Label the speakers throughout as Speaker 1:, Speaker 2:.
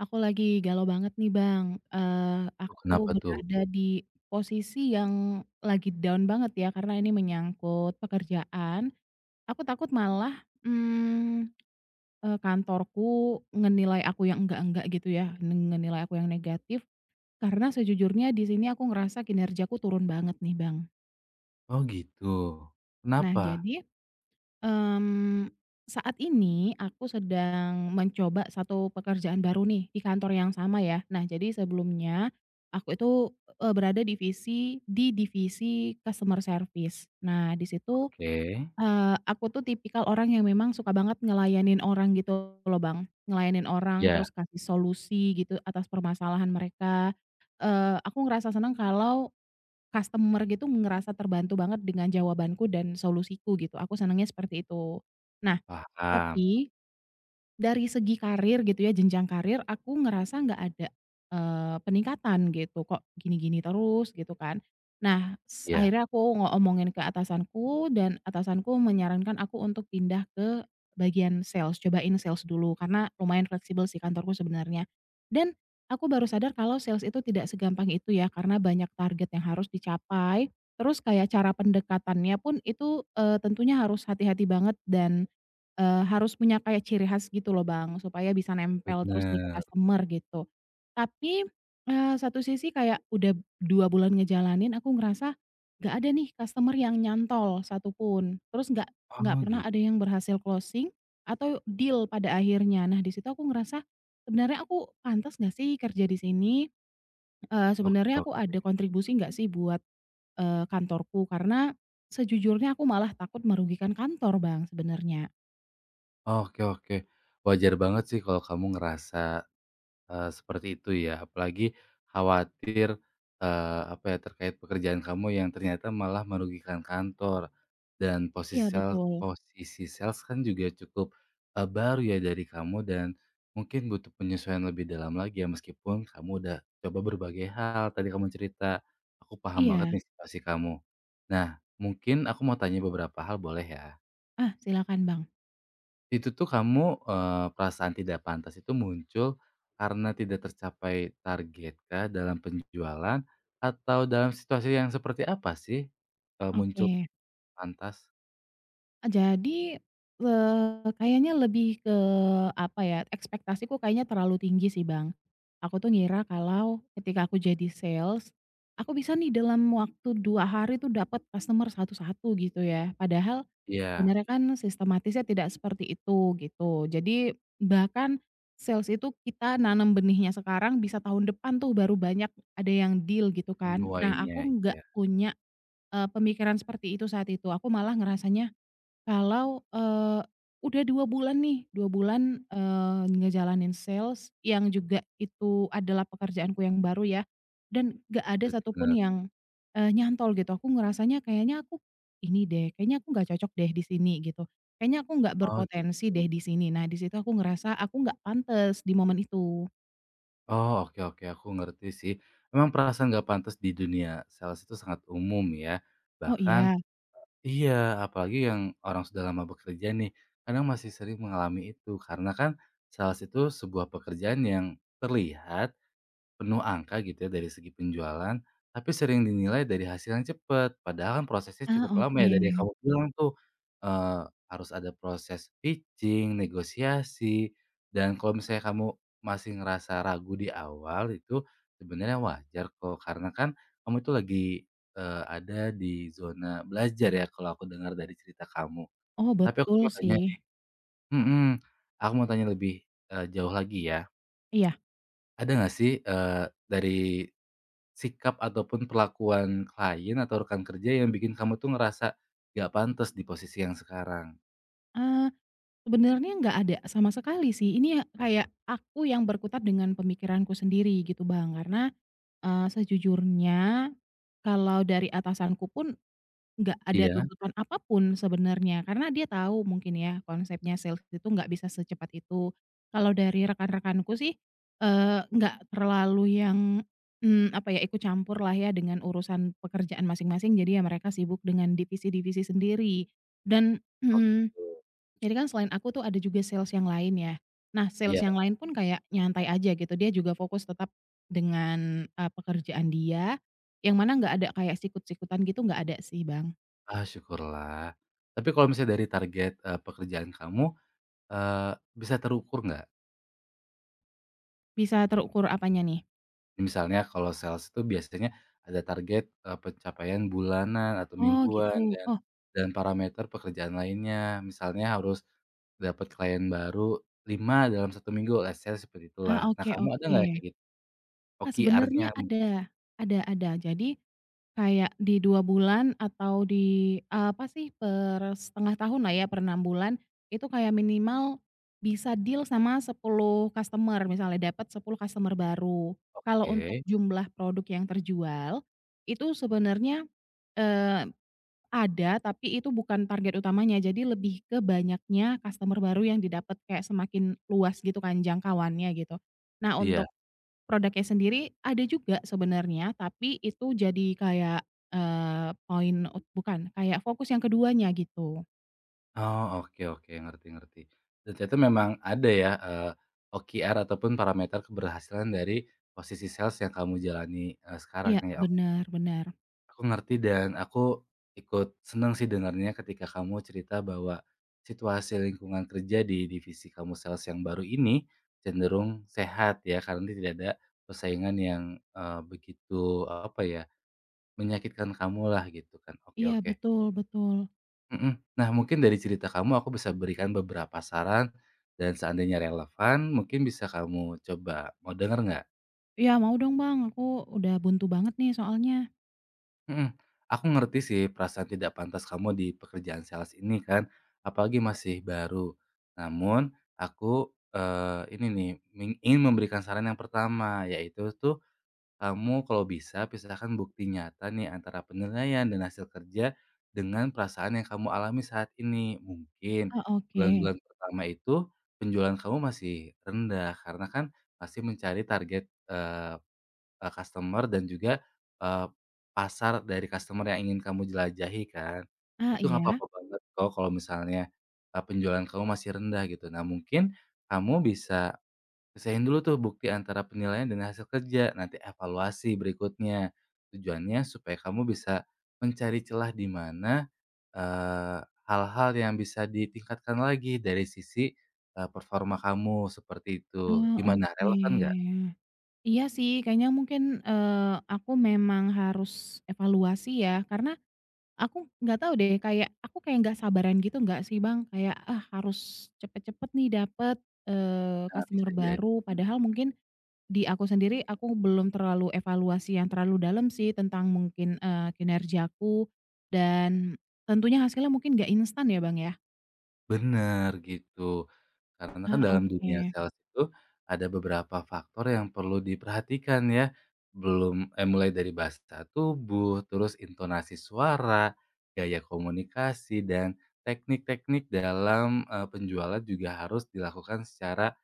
Speaker 1: Aku lagi galau banget nih Bang,
Speaker 2: Loh,
Speaker 1: aku
Speaker 2: kenapa tuh?
Speaker 1: berada di posisi yang lagi down banget ya karena ini menyangkut pekerjaan, aku takut malah, mmm, kantorku ngenilai aku yang enggak-enggak gitu ya, ngenilai aku yang negatif, karena sejujurnya di sini aku ngerasa kinerjaku turun banget nih Bang.
Speaker 2: Oh gitu.
Speaker 1: Nah
Speaker 2: Kenapa?
Speaker 1: jadi Mmm, saat ini aku sedang mencoba satu pekerjaan baru nih di kantor yang sama ya. Nah jadi sebelumnya aku itu, berada di divisi customer service. Nah di situ,
Speaker 2: Oke.
Speaker 1: aku tuh tipikal orang yang memang suka banget ngelayanin orang gitu loh Bang, ngelayanin orang
Speaker 2: Ya,
Speaker 1: terus kasih solusi gitu atas permasalahan mereka. Aku ngerasa senang kalau customer gitu ngerasa terbantu banget dengan jawabanku dan solusiku gitu, aku senangnya seperti itu. Nah,
Speaker 2: paham.
Speaker 1: tapi dari segi karir gitu ya, jenjang karir aku ngerasa nggak ada, peningkatan gitu, kok gini-gini terus gitu kan. Nah,
Speaker 2: Iya,
Speaker 1: akhirnya aku ngomongin ke atasanku dan atasanku menyarankan aku untuk pindah ke bagian sales, cobain sales dulu karena lumayan fleksibel sih kantorku sebenarnya. Dan aku baru sadar kalau sales itu tidak segampang itu ya karena banyak target yang harus dicapai, terus kayak cara pendekatannya pun itu, tentunya harus hati-hati banget dan harus punya kayak ciri khas gitu loh, Bang, supaya bisa nempel terus nih ke
Speaker 2: bener.
Speaker 1: customer gitu. Tapi, satu sisi kayak udah 2 bulan ngejalanin aku ngerasa nggak ada nih customer yang nyantol satu pun. Terus nggak
Speaker 2: Oh
Speaker 1: pernah
Speaker 2: gitu.
Speaker 1: ada yang berhasil closing atau deal pada akhirnya. Nah, di situ aku ngerasa sebenarnya aku pantas nggak sih kerja di sini?
Speaker 2: Oke,
Speaker 1: Sebenarnya aku
Speaker 2: oke.
Speaker 1: ada kontribusi nggak sih buat, kantorku? Karena sejujurnya aku malah takut merugikan kantor, Bang, sebenarnya.
Speaker 2: Oke, oke. Wajar banget sih kalau kamu ngerasa seperti itu ya, apalagi khawatir, apa ya, terkait pekerjaan kamu yang ternyata malah merugikan kantor. Dan posisi
Speaker 1: Iya,
Speaker 2: sales
Speaker 1: betul.
Speaker 2: posisi sales kan juga cukup, baru ya dari kamu, dan mungkin butuh penyesuaian lebih dalam lagi ya, meskipun kamu udah coba berbagai hal, tadi kamu cerita. Aku paham banget
Speaker 1: Iya.
Speaker 2: nih situasi kamu. Nah, mungkin aku mau tanya beberapa hal, boleh ya?
Speaker 1: Ah, silakan Bang.
Speaker 2: Itu tuh kamu, perasaan tidak pantas itu muncul karena tidak tercapai targetkah dalam penjualan, atau dalam situasi yang seperti apa sih, muncul
Speaker 1: Oke.
Speaker 2: pantas?
Speaker 1: Ah, jadi, kayaknya lebih ke, apa ya, ekspektasiku kayaknya terlalu tinggi sih Bang. Aku tuh ngira kalau ketika aku jadi sales, aku bisa nih dalam waktu 2 hari tuh dapat customer satu-satu gitu ya. Padahal
Speaker 2: Iya,
Speaker 1: sebenarnya kan sistematisnya tidak seperti itu, gitu. Jadi bahkan sales itu kita nanam benihnya sekarang bisa tahun depan tuh baru banyak ada yang deal gitu kan. Nah,
Speaker 2: menuainya,
Speaker 1: aku nggak
Speaker 2: iya,
Speaker 1: punya pemikiran seperti itu saat itu. Aku malah ngerasanya kalau, udah 2 bulan nih, 2 bulan, ngejalanin sales yang juga itu adalah pekerjaanku yang baru ya, dan gak ada satupun
Speaker 2: bener.
Speaker 1: yang, nyantol gitu. Aku ngerasanya kayaknya aku ini deh, kayaknya aku nggak cocok deh di sini gitu. Kayaknya aku nggak
Speaker 2: Oh gitu.
Speaker 1: berpotensi deh di sini. Nah, di situ aku ngerasa aku nggak pantas di momen itu.
Speaker 2: Oh, oke, oke, aku ngerti sih. Emang perasaan nggak pantas di dunia sales itu sangat umum ya,
Speaker 1: Oh
Speaker 2: bahkan.
Speaker 1: iya?
Speaker 2: Iya, apalagi yang orang sudah lama bekerja nih, kadang masih sering mengalami itu. Karena kan sales itu sebuah pekerjaan yang terlihat penuh angka gitu ya dari segi penjualan, tapi sering dinilai dari hasil yang cepat, padahal kan prosesnya
Speaker 1: Ah,
Speaker 2: cukup lama ya, dari yang
Speaker 1: oke.
Speaker 2: kamu bilang tuh, eee, harus ada proses pitching, negosiasi, dan kalau misalnya kamu masih ngerasa ragu di awal, itu sebenarnya wajar kok, karena kan kamu itu lagi, ada di zona belajar ya kalau aku dengar dari cerita kamu.
Speaker 1: Oh,
Speaker 2: Tapi aku
Speaker 1: betul
Speaker 2: mau tanya
Speaker 1: sih.
Speaker 2: nih, mhm, aku mau tanya lebih, jauh lagi ya,
Speaker 1: Iya.
Speaker 2: ada nggak sih, dari sikap ataupun perlakuan klien atau rekan kerja yang bikin kamu tuh ngerasa gak pantas di posisi yang sekarang?
Speaker 1: Ah. Sebenarnya nggak ada sama sekali sih, ini ya kayak aku yang berkutat dengan pemikiranku sendiri gitu Bang, karena, sejujurnya kalau dari atasanku pun nggak ada
Speaker 2: Iya?
Speaker 1: tuntutan apapun sebenarnya, karena dia tahu mungkin ya konsepnya sales itu nggak bisa secepat itu. Kalau dari rekan-rekanku sih, nggak terlalu yang, apa ya, ikut campur lah ya dengan urusan pekerjaan masing-masing, jadi ya mereka sibuk dengan divisi-divisi sendiri dan
Speaker 2: Oh gitu.
Speaker 1: jadi kan selain aku tuh ada juga sales yang lain ya. Nah sales
Speaker 2: Iya.
Speaker 1: yang lain pun kayak nyantai aja gitu, dia juga fokus tetap dengan, pekerjaan dia, yang mana nggak ada kayak sikut-sikutan gitu nggak ada sih Bang.
Speaker 2: Ah, syukurlah. Tapi kalau misalnya dari target, pekerjaan kamu, eee, bisa terukur nggak?
Speaker 1: Bisa terukur apanya nih?
Speaker 2: Misalnya kalau sales itu biasanya ada target, pencapaian bulanan atau
Speaker 1: Oh gitu,
Speaker 2: mingguan, dan
Speaker 1: oh,
Speaker 2: dan parameter pekerjaan lainnya. Misalnya harus dapat klien baru 5 dalam satu minggu, let's say seperti
Speaker 1: ah,
Speaker 2: itulah. Nah,
Speaker 1: oke
Speaker 2: kamu ada
Speaker 1: oke.
Speaker 2: nggak kayak gitu?
Speaker 1: Ah,
Speaker 2: OKR-nya.
Speaker 1: sebenarnya ada ada. Jadi kayak di 2 bulan atau di, apa sih, per setengah tahun lah ya, per 6 bulan, itu kayak minimal bisa deal sama 10 customer, misalnya dapat 10 customer baru. Kalau untuk
Speaker 2: Oke,
Speaker 1: jumlah produk yang terjual, itu sebenarnya, eee, ada, tapi itu bukan target utamanya. Jadi lebih ke banyaknya customer baru yang didapat, kayak semakin luas gitu kan jangkauannya gitu. Nah,
Speaker 2: iya.
Speaker 1: untuk produknya sendiri ada juga sebenarnya, tapi itu jadi kayak, poin ut bukan, kayak fokus yang keduanya gitu.
Speaker 2: Oh, oke, oke, ngerti ngerti. Dan ternyata memang ada ya, OKR ataupun parameter keberhasilan dari posisi sales yang kamu jalani, sekarang
Speaker 1: Iya,
Speaker 2: ya, oke.
Speaker 1: bener bener.
Speaker 2: Aku ngerti dan aku ikut seneng sih dengarnya ketika kamu cerita bahwa situasi lingkungan kerja di divisi kamu sales yang baru ini cenderung sehat ya, karena tidak ada persaingan yang, begitu, apa ya, menyakitkan kamu lah gitu kan. Oke,
Speaker 1: Iya,
Speaker 2: oke.
Speaker 1: betul betul.
Speaker 2: Mhm. Nah, mungkin dari cerita kamu aku bisa berikan beberapa saran, dan seandainya relevan mungkin bisa kamu coba. Mau denger nggak?
Speaker 1: Iya, mau dong Bang, aku udah buntu banget nih soalnya.
Speaker 2: Mhm. Aku ngerti sih perasaan tidak pantas kamu di pekerjaan sales ini kan, apalagi masih baru. Namun aku, ini nih, ingin memberikan saran yang pertama, yaitu tuh kamu kalau bisa pisahkan bukti nyata nih antara penilaian dan hasil kerja dengan perasaan yang kamu alami saat ini. Mungkin
Speaker 1: Ah, oke.
Speaker 2: bulan-bulan pertama itu penjualan kamu masih rendah karena kan masih mencari target, customer dan juga eh, pasar dari customer yang ingin kamu jelajahi kan.
Speaker 1: Ah,
Speaker 2: Itu nggak
Speaker 1: iya?
Speaker 2: apa-apa banget kok kalau misalnya penjualan kamu masih rendah gitu. Nah, mungkin kamu bisa pisahin dulu tuh bukti antara penilaian dan hasil kerja, nanti evaluasi berikutnya. Tujuannya supaya kamu bisa mencari celah di mana hal-hal yang bisa ditingkatkan lagi dari sisi performa kamu seperti itu.
Speaker 1: Ah,
Speaker 2: Gimana, relevan nggak?
Speaker 1: oke. Iya sih, kayaknya mungkin, eee, aku memang harus evaluasi ya, karena aku nggak tahu deh, kayak aku kayak nggak sabaran gitu nggak sih, Bang? Kayak, ah, harus cepet-cepet nih dapet,
Speaker 2: Nah, bisa
Speaker 1: customer
Speaker 2: jadi.
Speaker 1: baru. Padahal mungkin di aku sendiri, aku belum terlalu evaluasi yang terlalu dalam sih tentang mungkin, kinerjaku dan tentunya hasilnya mungkin nggak instan ya, Bang, ya?
Speaker 2: Bener, gitu. Karena kan
Speaker 1: Ah,
Speaker 2: dalam dunia
Speaker 1: oke.
Speaker 2: sales itu ada beberapa faktor yang perlu diperhatikan ya. Belum mulai dari bahasa tubuh, terus intonasi suara, gaya komunikasi, dan teknik-teknik dalam penjualan juga harus dilakukan secara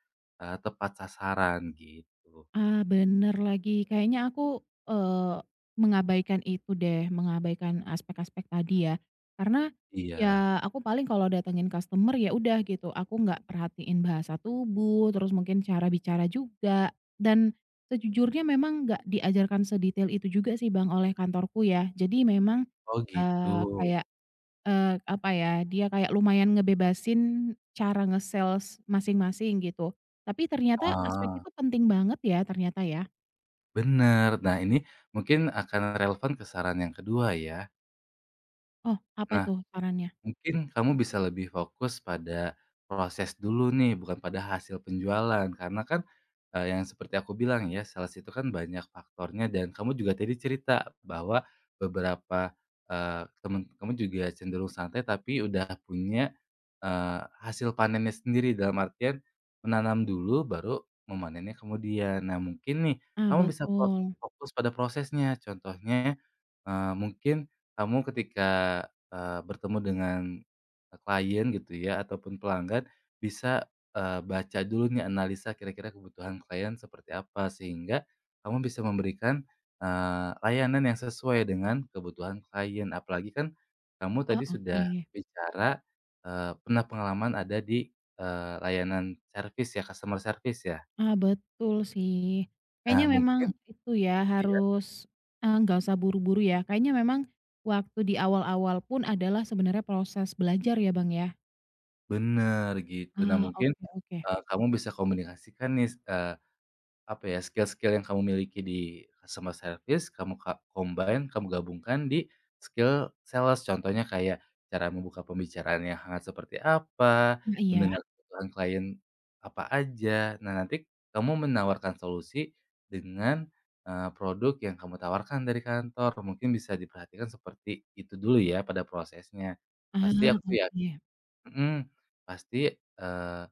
Speaker 2: tepat sasaran gitu.
Speaker 1: Ah, bener lagi. Kayaknya aku, eee, mengabaikan itu deh, mengabaikan aspek-aspek tadi ya. Karena,
Speaker 2: Iya.
Speaker 1: ya aku paling kalau datengin customer ya udah gitu, aku nggak perhatiin bahasa tubuh, terus mungkin cara bicara juga. Dan sejujurnya memang nggak diajarkan sedetail itu juga sih Bang oleh kantorku ya. Jadi memang,
Speaker 2: Oh, gitu.
Speaker 1: kayak apa ya, dia kayak lumayan ngebebasin cara nge-sales masing-masing gitu. Tapi ternyata aspek
Speaker 2: Ah,
Speaker 1: itu penting banget ya ternyata ya.
Speaker 2: bener. Nah, ini mungkin akan relevan ke saran yang kedua ya.
Speaker 1: Oh, apa
Speaker 2: Nah,
Speaker 1: itu sarannya?
Speaker 2: mungkin kamu bisa lebih fokus pada proses dulu nih, bukan pada hasil penjualan. Karena kan, yang seperti aku bilang ya, sales itu kan banyak faktornya, dan kamu juga tadi cerita bahwa beberapa, temen kamu juga cenderung santai tapi udah punya, hasil panennya sendiri. Dalam artian menanam dulu baru memanennya kemudian. Nah, mungkin nih
Speaker 1: Ah,
Speaker 2: kamu bisa fo
Speaker 1: betul.
Speaker 2: fokus pada prosesnya. Contohnya, mungkin kamu ketika bertemu dengan, klien gitu ya ataupun pelanggan, bisa, baca dulu nih, analisa kira-kira kebutuhan klien seperti apa, sehingga kamu bisa memberikan, layanan yang sesuai dengan kebutuhan klien. Apalagi kan kamu
Speaker 1: Ah,
Speaker 2: tadi. Mhm. Sudah
Speaker 1: oke.
Speaker 2: bicara, pernah pengalaman ada di, layanan service ya, customer service ya?
Speaker 1: Ah, betul sih.
Speaker 2: Nah
Speaker 1: Kayaknya memang
Speaker 2: mungkin,
Speaker 1: itu ya
Speaker 2: ya,
Speaker 1: harus, nggak usah buru-buru ya. Kayaknya memang waktu di awal-awal pun adalah sebenarnya proses belajar ya, Bang, ya?
Speaker 2: bener gitu. Nah
Speaker 1: Ah,
Speaker 2: mungkin,
Speaker 1: oke oke.
Speaker 2: kamu bisa komunikasikan nih, apa ya, skill-skill yang kamu miliki di customer service kamu combine, kamu gabungkan di skill sales. Contohnya kayak cara membuka pembicaraan yang hangat seperti apa,
Speaker 1: Ah, iya.
Speaker 2: mendengar kebutuhan klien apa aja. Nah, nanti kamu menawarkan solusi dengan, produk yang kamu tawarkan dari kantor. Mungkin bisa diperhatikan seperti itu dulu ya pada prosesnya. Pasti
Speaker 1: Ah,
Speaker 2: aku ya,
Speaker 1: oke.
Speaker 2: mhm, pasti, eee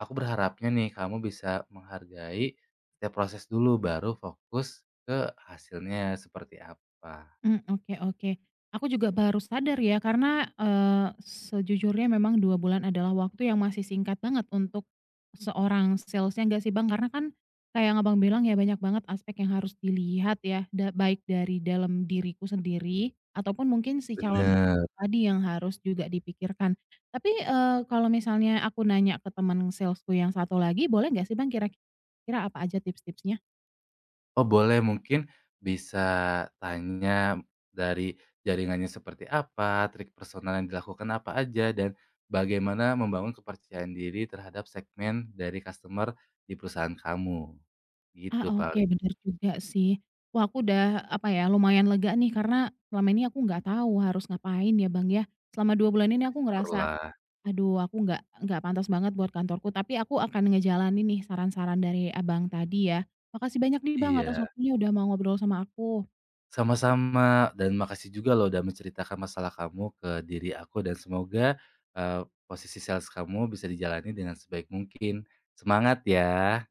Speaker 2: aku berharapnya nih kamu bisa menghargai setiap proses dulu baru fokus ke hasilnya seperti apa.
Speaker 1: Mmm, oke oke. Aku juga baru sadar ya karena, sejujurnya memang 2 bulan adalah waktu yang masih singkat banget untuk seorang sales-nya nggak sih, Bang? Karena kan kayak yang Abang bilang ya banyak banget aspek yang harus dilihat ya, baik dari dalam diriku sendiri ataupun mungkin si calon
Speaker 2: Bener.
Speaker 1: customer tadi yang harus juga dipikirkan. Tapi, kalau misalnya aku nanya ke teman sales-ku yang satu lagi boleh nggak sih, Bang, kira-kira apa aja tips-tipsnya?
Speaker 2: Oh boleh, mungkin bisa tanya dari jaringannya seperti apa, trik personal yang dilakukan apa aja, dan bagaimana membangun kepercayaan diri terhadap segmen dari customer di perusahaan kamu.
Speaker 1: Ah,
Speaker 2: Gitu
Speaker 1: oke
Speaker 2: paling,
Speaker 1: bener juga sih. Wah aku udah apa ya, lumayan lega nih karena selama ini aku nggak tahu harus ngapain ya Bang ya. Selama 2 bulan ini aku ngerasa,
Speaker 2: syukurlah.
Speaker 1: aduh aku nggak pantas banget buat kantorku, tapi aku akan ngejalanin nih saran-saran dari Abang tadi ya. Makasih banyak nih Bang atas
Speaker 2: Iya.
Speaker 1: waktunya udah mau ngobrol sama aku.
Speaker 2: Sama-sama, dan makasih juga loh udah menceritakan masalah kamu ke diri aku, dan semoga, posisi sales kamu bisa dijalani dengan sebaik mungkin. Semangat ya.